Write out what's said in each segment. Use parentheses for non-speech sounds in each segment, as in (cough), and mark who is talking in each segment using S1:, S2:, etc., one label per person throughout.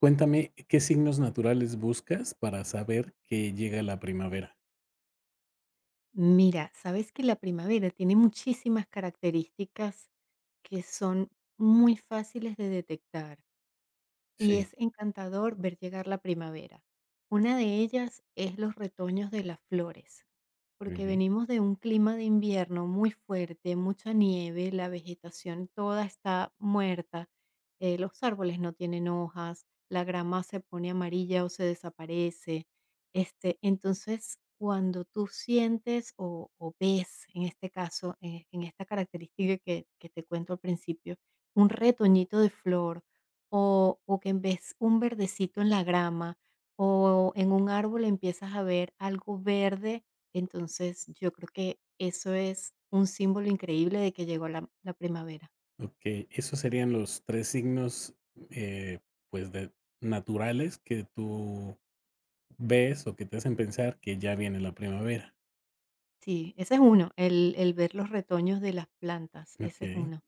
S1: Cuéntame, ¿qué signos naturales buscas para saber que llega la primavera?
S2: Mira, sabes que la primavera tiene muchísimas características que son muy fáciles de detectar y es
S1: Sí,
S2: encantador ver llegar la primavera. Una de ellas es los retoños de las flores,
S1: muy
S2: porque
S1: bien.
S2: venimos de un clima de invierno muy fuerte, mucha nieve, la vegetación toda está muerta, los árboles no tienen hojas, la grama se pone amarilla o se desaparece. Entonces, cuando tú sientes o ves, en este caso, en esta característica que te cuento al principio, un retoñito de flor, o que ves un verdecito en la grama, o en un árbol empiezas a ver algo verde, entonces yo creo que eso es un símbolo increíble de que llegó la primavera.
S1: Okey, esos serían los 3 signos, eh, pues, de naturales que tú ves o que te hacen pensar que ya viene la primavera.
S2: Sí, ese es uno, el ver los retoños de las plantas, ese es
S1: Okey.
S2: uno.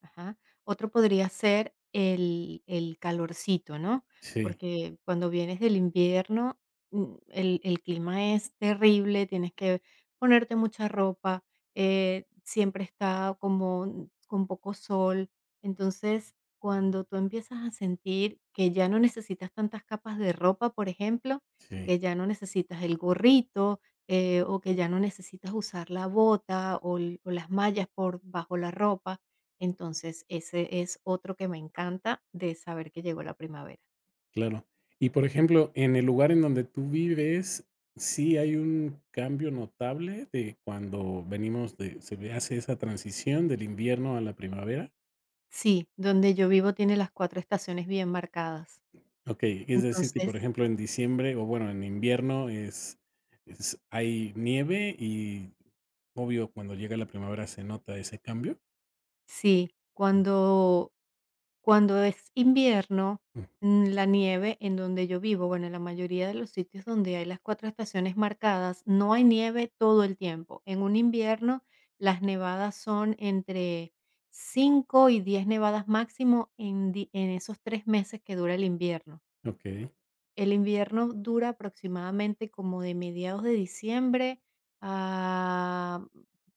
S2: Ajá. Otro podría ser el calorcito, ¿no?
S1: Sí,
S2: Porque cuando vienes del invierno, el clima es terrible, tienes que ponerte mucha ropa, siempre está como con poco sol. Entonces, cuando tú empiezas a sentir que ya no necesitas tantas capas de ropa, por ejemplo,
S1: sí,
S2: que ya no necesitas el gorrito, o que ya no necesitas usar la bota o las mallas por bajo la ropa. Entonces, ese es otro que me encanta de saber que llegó la primavera.
S1: claro. Y, por ejemplo, en el lugar en donde tú vives, ¿sí hay un cambio notable de cuando venimos de, se ve, hace esa transición del invierno a la primavera?
S2: Sí, donde yo vivo tiene las 4 estaciones bien marcadas.
S1: Okey, es decir que,
S2: Entonces,
S1: por ejemplo, en diciembre, o bueno, en invierno es hay nieve y, obvio, cuando llega la primavera se nota ese cambio.
S2: sí, cuando es invierno,
S1: Mm,
S2: la nieve en donde yo vivo, bueno, en la mayoría de los sitios donde hay las 4 estaciones marcadas, no hay nieve todo el tiempo. En un invierno, las nevadas son entre 5 y 10 nevadas máximo en esos 3 meses que dura el invierno.
S1: okey,
S2: El invierno dura aproximadamente como de mediados de diciembre a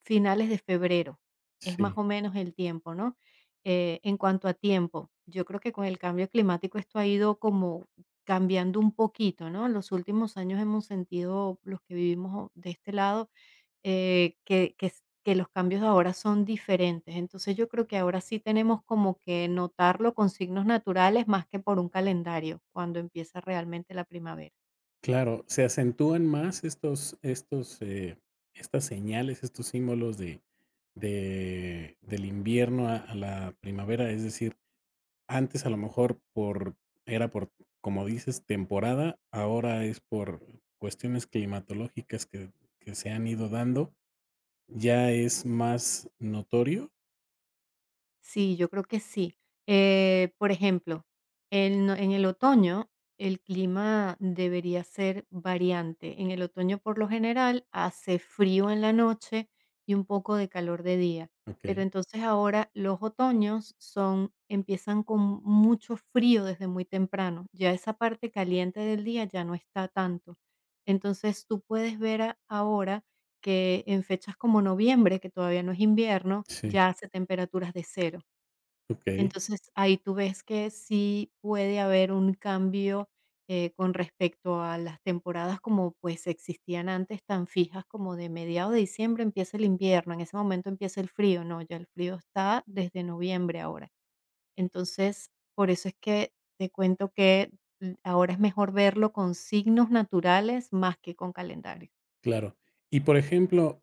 S2: finales de febrero. Es más
S1: sí,
S2: o menos el tiempo, ¿no? En cuanto a tiempo, yo creo que con el cambio climático esto ha ido como cambiando un poquito, ¿no? En los últimos años hemos sentido, los que vivimos de este lado, que los cambios ahora son diferentes. Entonces yo creo que ahora sí tenemos como que notarlo con signos naturales más que por un calendario, cuando empieza realmente la primavera.
S1: claro, se acentúan más estas señales, estos símbolos de del invierno a la primavera, es decir, antes a lo mejor por era por, como dices, temporada, ahora es por cuestiones climatológicas que se han ido dando. Ya es más notorio.
S2: Sí, yo creo que sí. Por ejemplo, en no en el otoño, el clima debería ser variante. En el otoño, por lo general, hace frío en la noche y un poco de calor de día. Pero
S1: Okey.
S2: entonces ahora los otoños son empiezan con mucho frío desde muy temprano. Ya esa parte caliente del día ya no está tanto. Entonces, tú puedes ver a ahora que en fechas como noviembre, que todavía no es invierno,
S1: Sí,
S2: ya hace temperaturas de cero.
S1: okey,
S2: Entonces, ahí tú ves que sí puede haber un cambio, con respecto a las temporadas como, pues, existían antes, tan fijas como de mediados de diciembre empieza el invierno, en ese momento empieza el frío, no, ya el frío está desde noviembre ahora. Entonces, por eso es que te cuento que, ahora es mejor verlo con signos naturales más que con calendario.
S1: claro. Y, por ejemplo,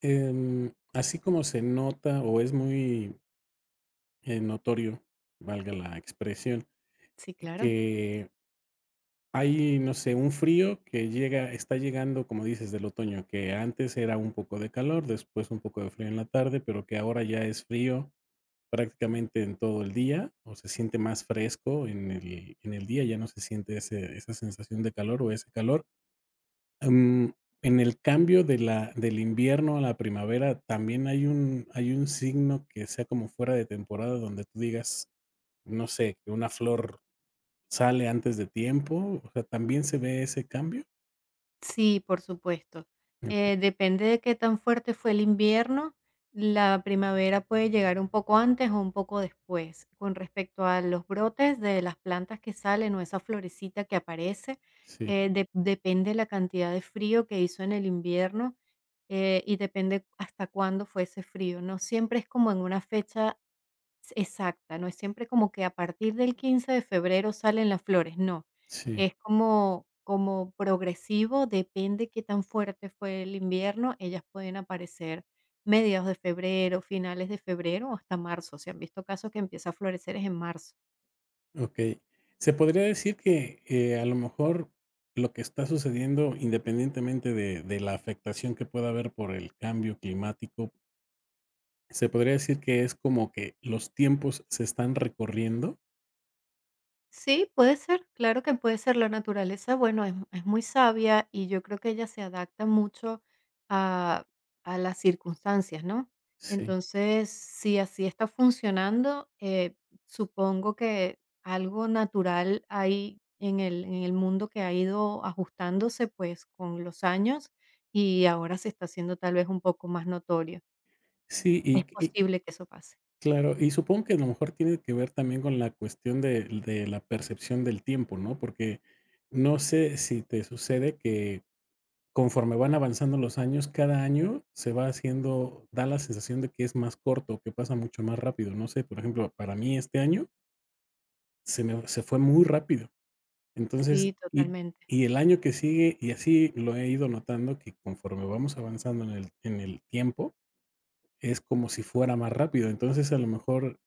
S1: así como se nota o es muy, notorio, valga la expresión,
S2: Sí, claro.
S1: que hay, no sé, un frío que llega está llegando, como dices, del otoño, que antes era un poco de calor, después un poco de frío en la tarde, pero que ahora ya es frío. Prácticamente en todo el día, o se siente más fresco en el día, ya no se siente ese esa sensación de calor o ese calor. Em, en el cambio de la del invierno a la primavera, ¿también hay un signo que sea como fuera de temporada donde tú digas, no sé, que una flor sale antes de tiempo? O sea, ¿también se ve ese cambio?
S2: Sí, por supuesto.
S1: Okey.
S2: Depende de qué tan fuerte fue el invierno. La primavera puede llegar un poco antes o un poco después. Con respecto a los brotes de las plantas que salen o esa florecita que aparece,
S1: Sí,
S2: depende la cantidad de frío que hizo en el invierno y depende hasta cuándo fue ese frío. No siempre es como en una fecha exacta, no es siempre como que a partir del 15 de febrero salen las flores, no.
S1: sí.
S2: Es como progresivo, depende qué tan fuerte fue el invierno, ellas pueden aparecer mediados de febrero, finales de febrero o hasta marzo. Se han visto casos que empieza a florecer es en marzo.
S1: Ok, se podría decir que, a lo mejor lo que está sucediendo, independientemente de la afectación que pueda haber por el cambio climático, ¿se podría decir que es como que los tiempos se están recorriendo?
S2: Sí, puede ser, claro que puede ser. La naturaleza, bueno, es, muy sabia y yo creo que ella se adapta mucho a, a las circunstancias, ¿no?
S1: Sí.
S2: Entonces, si así está funcionando, supongo que algo natural hay en el, mundo que ha ido ajustándose pues con los años y ahora se está haciendo tal vez un poco más notorio.
S1: Sí,
S2: Es
S1: y
S2: posible que eso pase.
S1: claro, y supongo que a lo mejor tiene que ver también con la cuestión de la percepción del tiempo, ¿no? Porque no sé si te sucede que conforme van avanzando los años, cada año se va haciendo da la sensación de que es más corto, que pasa mucho más rápido. No sé, por ejemplo, para mí este año se fue muy rápido.
S2: Sí,
S1: Entonces, y
S2: totalmente.
S1: y el año que sigue, y así lo he ido notando que conforme vamos avanzando en el tiempo, es como si fuera más rápido. Entonces, a lo mejor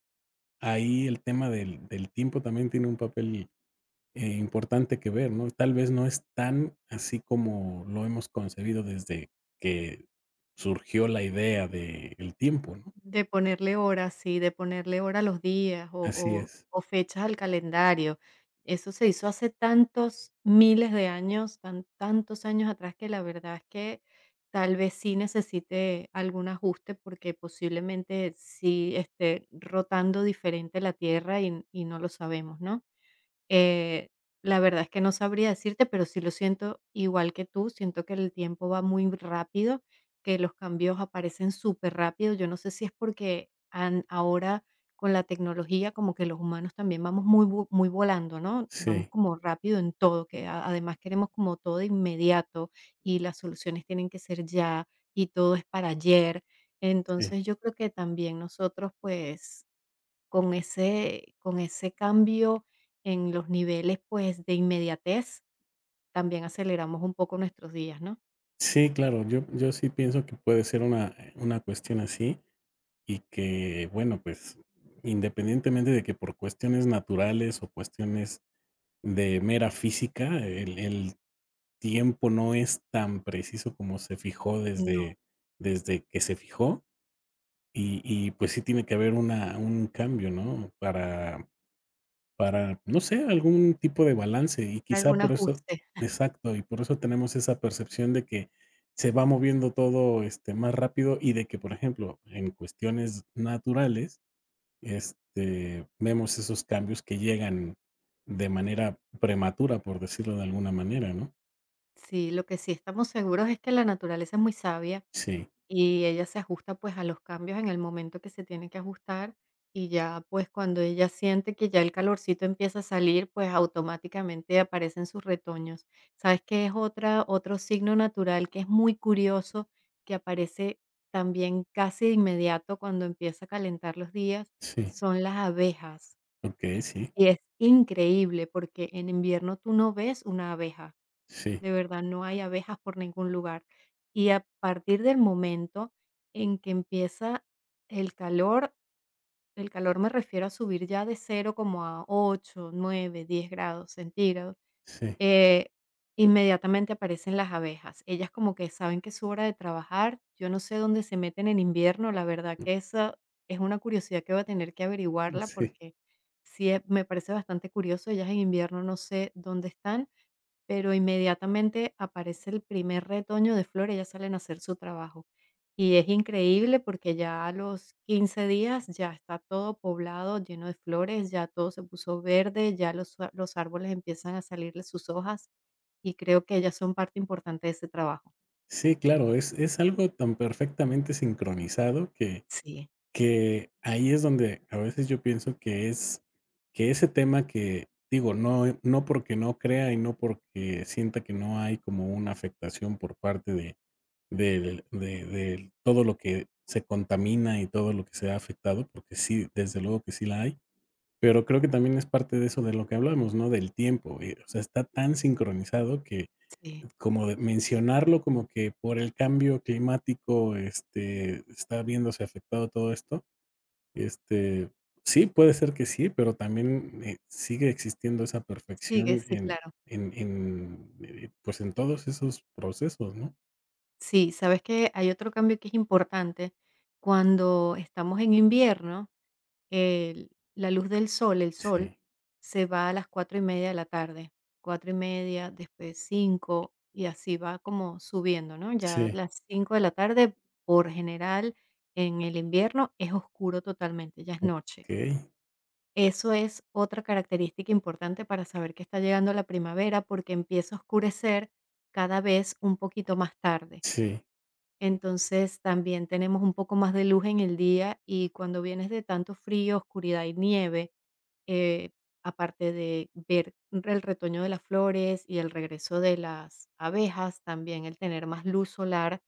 S1: ahí el tema del tiempo también tiene un papel, importante que ver, ¿no? Tal vez no es tan así como lo hemos concebido desde que surgió la idea de el tiempo, ¿no?
S2: De ponerle horas, sí, de ponerle hora a los días
S1: Así es.
S2: o fechas al calendario. Eso se hizo hace tantos miles de años, tantos años atrás, que la verdad es que tal vez sí necesite algún ajuste, porque posiblemente sí esté rotando diferente la Tierra y no lo sabemos, ¿no? Eh, la verdad es que no sabría decirte, pero sí lo siento igual que tú. Siento que el tiempo va muy rápido, que los cambios aparecen súper rápido. Yo no sé si es porque ahora con la tecnología como que los humanos también vamos muy, muy volando, ¿no? Vamos
S1: Sí,
S2: como rápido en todo, que además queremos como todo de inmediato y las soluciones tienen que ser ya y todo es para ayer.
S1: sí.
S2: Entonces yo creo que también nosotros pues con ese cambio en los niveles, pues, de inmediatez, también aceleramos un poco nuestros días, ¿no?
S1: Sí, claro, yo sí pienso que puede ser una cuestión así y que, bueno, pues, independientemente de que por cuestiones naturales o cuestiones de mera física, el tiempo no es tan preciso como se fijó
S2: No,
S1: desde que se fijó. Y, pues, sí tiene que haber una un cambio, ¿no? Para, no sé, algún tipo de balance, y quizá
S2: algún
S1: por eso
S2: ajuste.
S1: exacto, y por eso tenemos esa percepción de que se va moviendo todo, más rápido y de que, por ejemplo, en cuestiones naturales, vemos esos cambios que llegan de manera prematura, por decirlo de alguna manera, ¿no?
S2: Sí, lo que sí estamos seguros es que la naturaleza es muy sabia.
S1: Sí,
S2: Y ella se ajusta, pues, a los cambios en el momento que se tiene que ajustar, y ya, pues, cuando ella siente que ya el calorcito empieza a salir, pues, automáticamente aparecen sus retoños. ¿Sabes qué es otra otro signo natural que es muy curioso, que aparece también casi de inmediato cuando empieza a calentar los días?
S1: sí,
S2: Son las abejas,
S1: okey, sí,
S2: y es increíble, porque en invierno tú no ves una abeja.
S1: sí,
S2: De verdad, no hay abejas por ningún lugar. Y a partir del momento en que empieza el calor, el calor me refiero a subir ya de cero como a 8, 9, 10 grados centígrados,
S1: sí,
S2: eh, inmediatamente aparecen las abejas. Ellas como que saben que es su hora de trabajar. Yo no sé dónde se meten en invierno, la verdad que esa es una curiosidad que voy a tener que averiguarla
S1: sí.
S2: porque sí, me parece bastante curioso. Ellas en invierno no sé dónde están, pero inmediatamente aparece el primer retoño de flores, ellas salen a hacer su trabajo. Y es increíble porque ya a los 15 días ya está todo poblado, lleno de flores, ya todo se puso verde, ya los árboles empiezan a salirle sus hojas y creo que ellas son parte importante de ese trabajo.
S1: Sí, claro, es algo tan perfectamente sincronizado que
S2: Sí,
S1: que ahí es donde a veces yo pienso que es que ese tema que, digo, no, no porque no crea y no porque sienta que no hay como una afectación por parte de del todo lo que se contamina y todo lo que se ha afectado, porque sí, desde luego que sí la hay, pero creo que también es parte de eso de lo que hablamos, ¿no? Del tiempo, o sea, está tan sincronizado que
S2: sí.
S1: como de mencionarlo, como que por el cambio climático, está viéndose afectado todo esto, este, sí, puede ser que sí, pero también, sigue existiendo esa
S2: Sigue,
S1: perfección
S2: sí, claro.
S1: pues, en todos esos procesos, ¿no?
S2: Sí, sabes que hay otro cambio que es importante. Cuando estamos en invierno, la luz del sol, el sol,
S1: Sí,
S2: se va a las 4:30 de la tarde, 4:30, después cinco, y así va como subiendo, ¿no? Ya a
S1: sí,
S2: las 5 de la tarde, por general, en el invierno es oscuro totalmente, ya es noche.
S1: okey,
S2: Eso es otra característica importante para saber que está llegando la primavera porque empieza a oscurecer cada vez un poquito más tarde.
S1: sí.
S2: Entonces, también tenemos un poco más de luz en el día y cuando vienes de tanto frío, oscuridad y nieve, eh, aparte de ver el retoño de las flores y el regreso de las abejas, también el tener más luz solar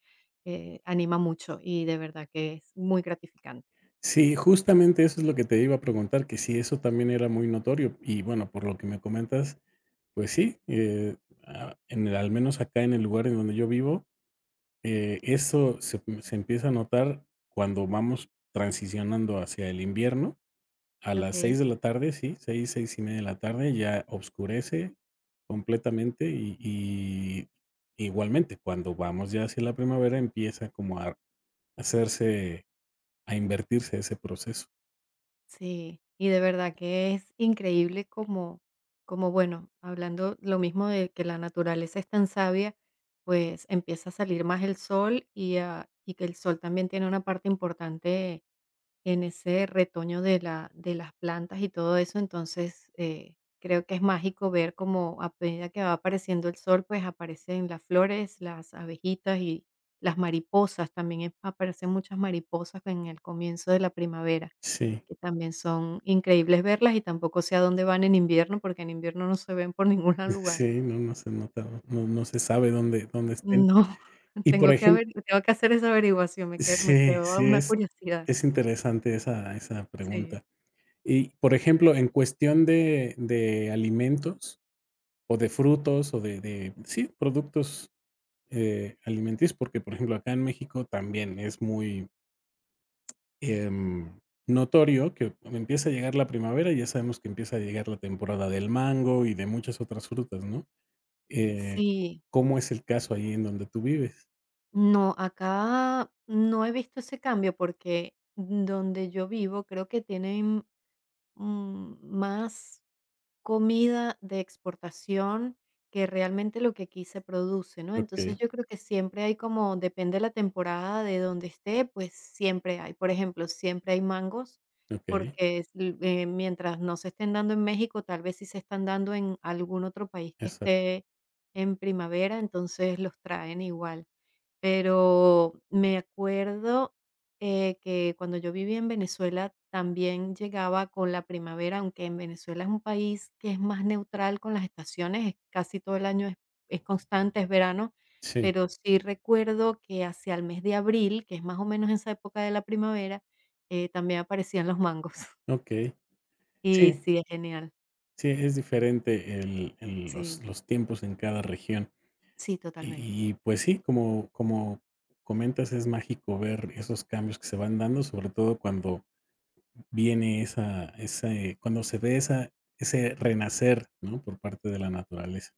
S2: anima mucho y de verdad que es muy gratificante.
S1: Sí, justamente eso es lo que te iba a preguntar, que si eso también era muy notorio. Y bueno, por lo que me comentas, pues sí, en el al menos acá en el lugar en donde yo vivo. Eso se empieza a notar cuando vamos transicionando hacia el invierno, a las
S2: Ok.
S1: 6 de la tarde, sí, 6:30 de la tarde, ya oscurece completamente y igualmente, cuando vamos ya hacia la primavera, empieza como hacerse a invertirse ese proceso.
S2: Sí, y de verdad que es increíble como, como bueno, hablando lo mismo de que la naturaleza es tan sabia, pues empieza a salir más el sol y que el sol también tiene una parte importante en ese retoño de las plantas y todo eso. Entonces, creo que es mágico ver como a medida que va apareciendo el sol, pues aparecen las flores, las abejitas y las mariposas. También aparecen muchas mariposas en el comienzo de la primavera
S1: Sí,
S2: que también son increíbles verlas y tampoco sé a dónde van en invierno, porque en invierno no se ven por (laughs) ningún
S1: (laughs)
S2: lugar.
S1: sí, no, no se nota, no se sabe dónde estén.
S2: No, (laughs)
S1: Y, por
S2: tengo que
S1: ejemplo,
S2: averi tengo que hacer esa averiguación, me
S1: sí,
S2: creó
S1: sí,
S2: una
S1: es
S2: curiosidad.
S1: es interesante esa
S2: Sí.
S1: pregunta. Y, por ejemplo, en cuestión de alimentos, o de frutos, o de sí, productos, alimenticios, porque, por ejemplo, acá en México también es muy, em, notorio que empieza a llegar la primavera, y ya sabemos que empieza a llegar la temporada del mango y de muchas otras frutas, ¿no? Eh,
S2: Sí,
S1: ¿Cómo es el caso ahí en donde tú vives?
S2: no, acá no he visto ese cambio porque donde yo vivo creo que tienen, más comida de exportación que realmente lo que aquí se produce, ¿no? Entonces,
S1: Okey,
S2: yo creo que siempre hay como depende de la temporada de donde esté, pues siempre hay. Por ejemplo, siempre hay mangos,
S1: okey,
S2: porque es l mientras no se estén dando en México, tal vez sí se están dando en algún otro país que
S1: exacto.
S2: esté en primavera, entonces los traen igual. Pero me acuerdo, que cuando yo vivía en Venezuela también llegaba con la primavera, aunque en Venezuela es un país que es más neutral con las estaciones, es casi todo el año es constante, es verano,
S1: Sí,
S2: pero sí recuerdo que hacia el mes de abril, que es más o menos esa época de la primavera, también aparecían los mangos. (laughs)
S1: okey.
S2: Y
S1: Sí,
S2: sí, es genial.
S1: sí, es diferente el
S2: Sí,
S1: los tiempos en cada región.
S2: sí, totalmente.
S1: Y pues sí, como comentas, es mágico ver esos cambios que se van dando, sobre todo cuando viene esa ese cuando se ve esa ese renacer, ¿no?, por parte de la naturaleza.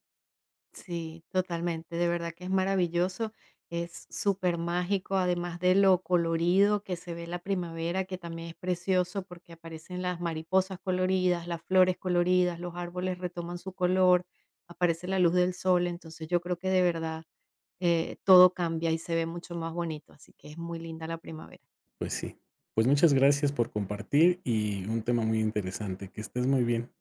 S2: Sí, totalmente. De verdad que es maravilloso. Es súper mágico, además de lo colorido que se ve la primavera, que también es precioso porque aparecen las mariposas coloridas, las flores coloridas, los árboles retoman su color, aparece la luz del sol. Entonces yo creo que de verdad todo cambia y se ve mucho más bonito. Así que es muy linda la primavera.
S1: Pues sí. Pues muchas gracias por compartir y un tema muy interesante. Que estés muy bien.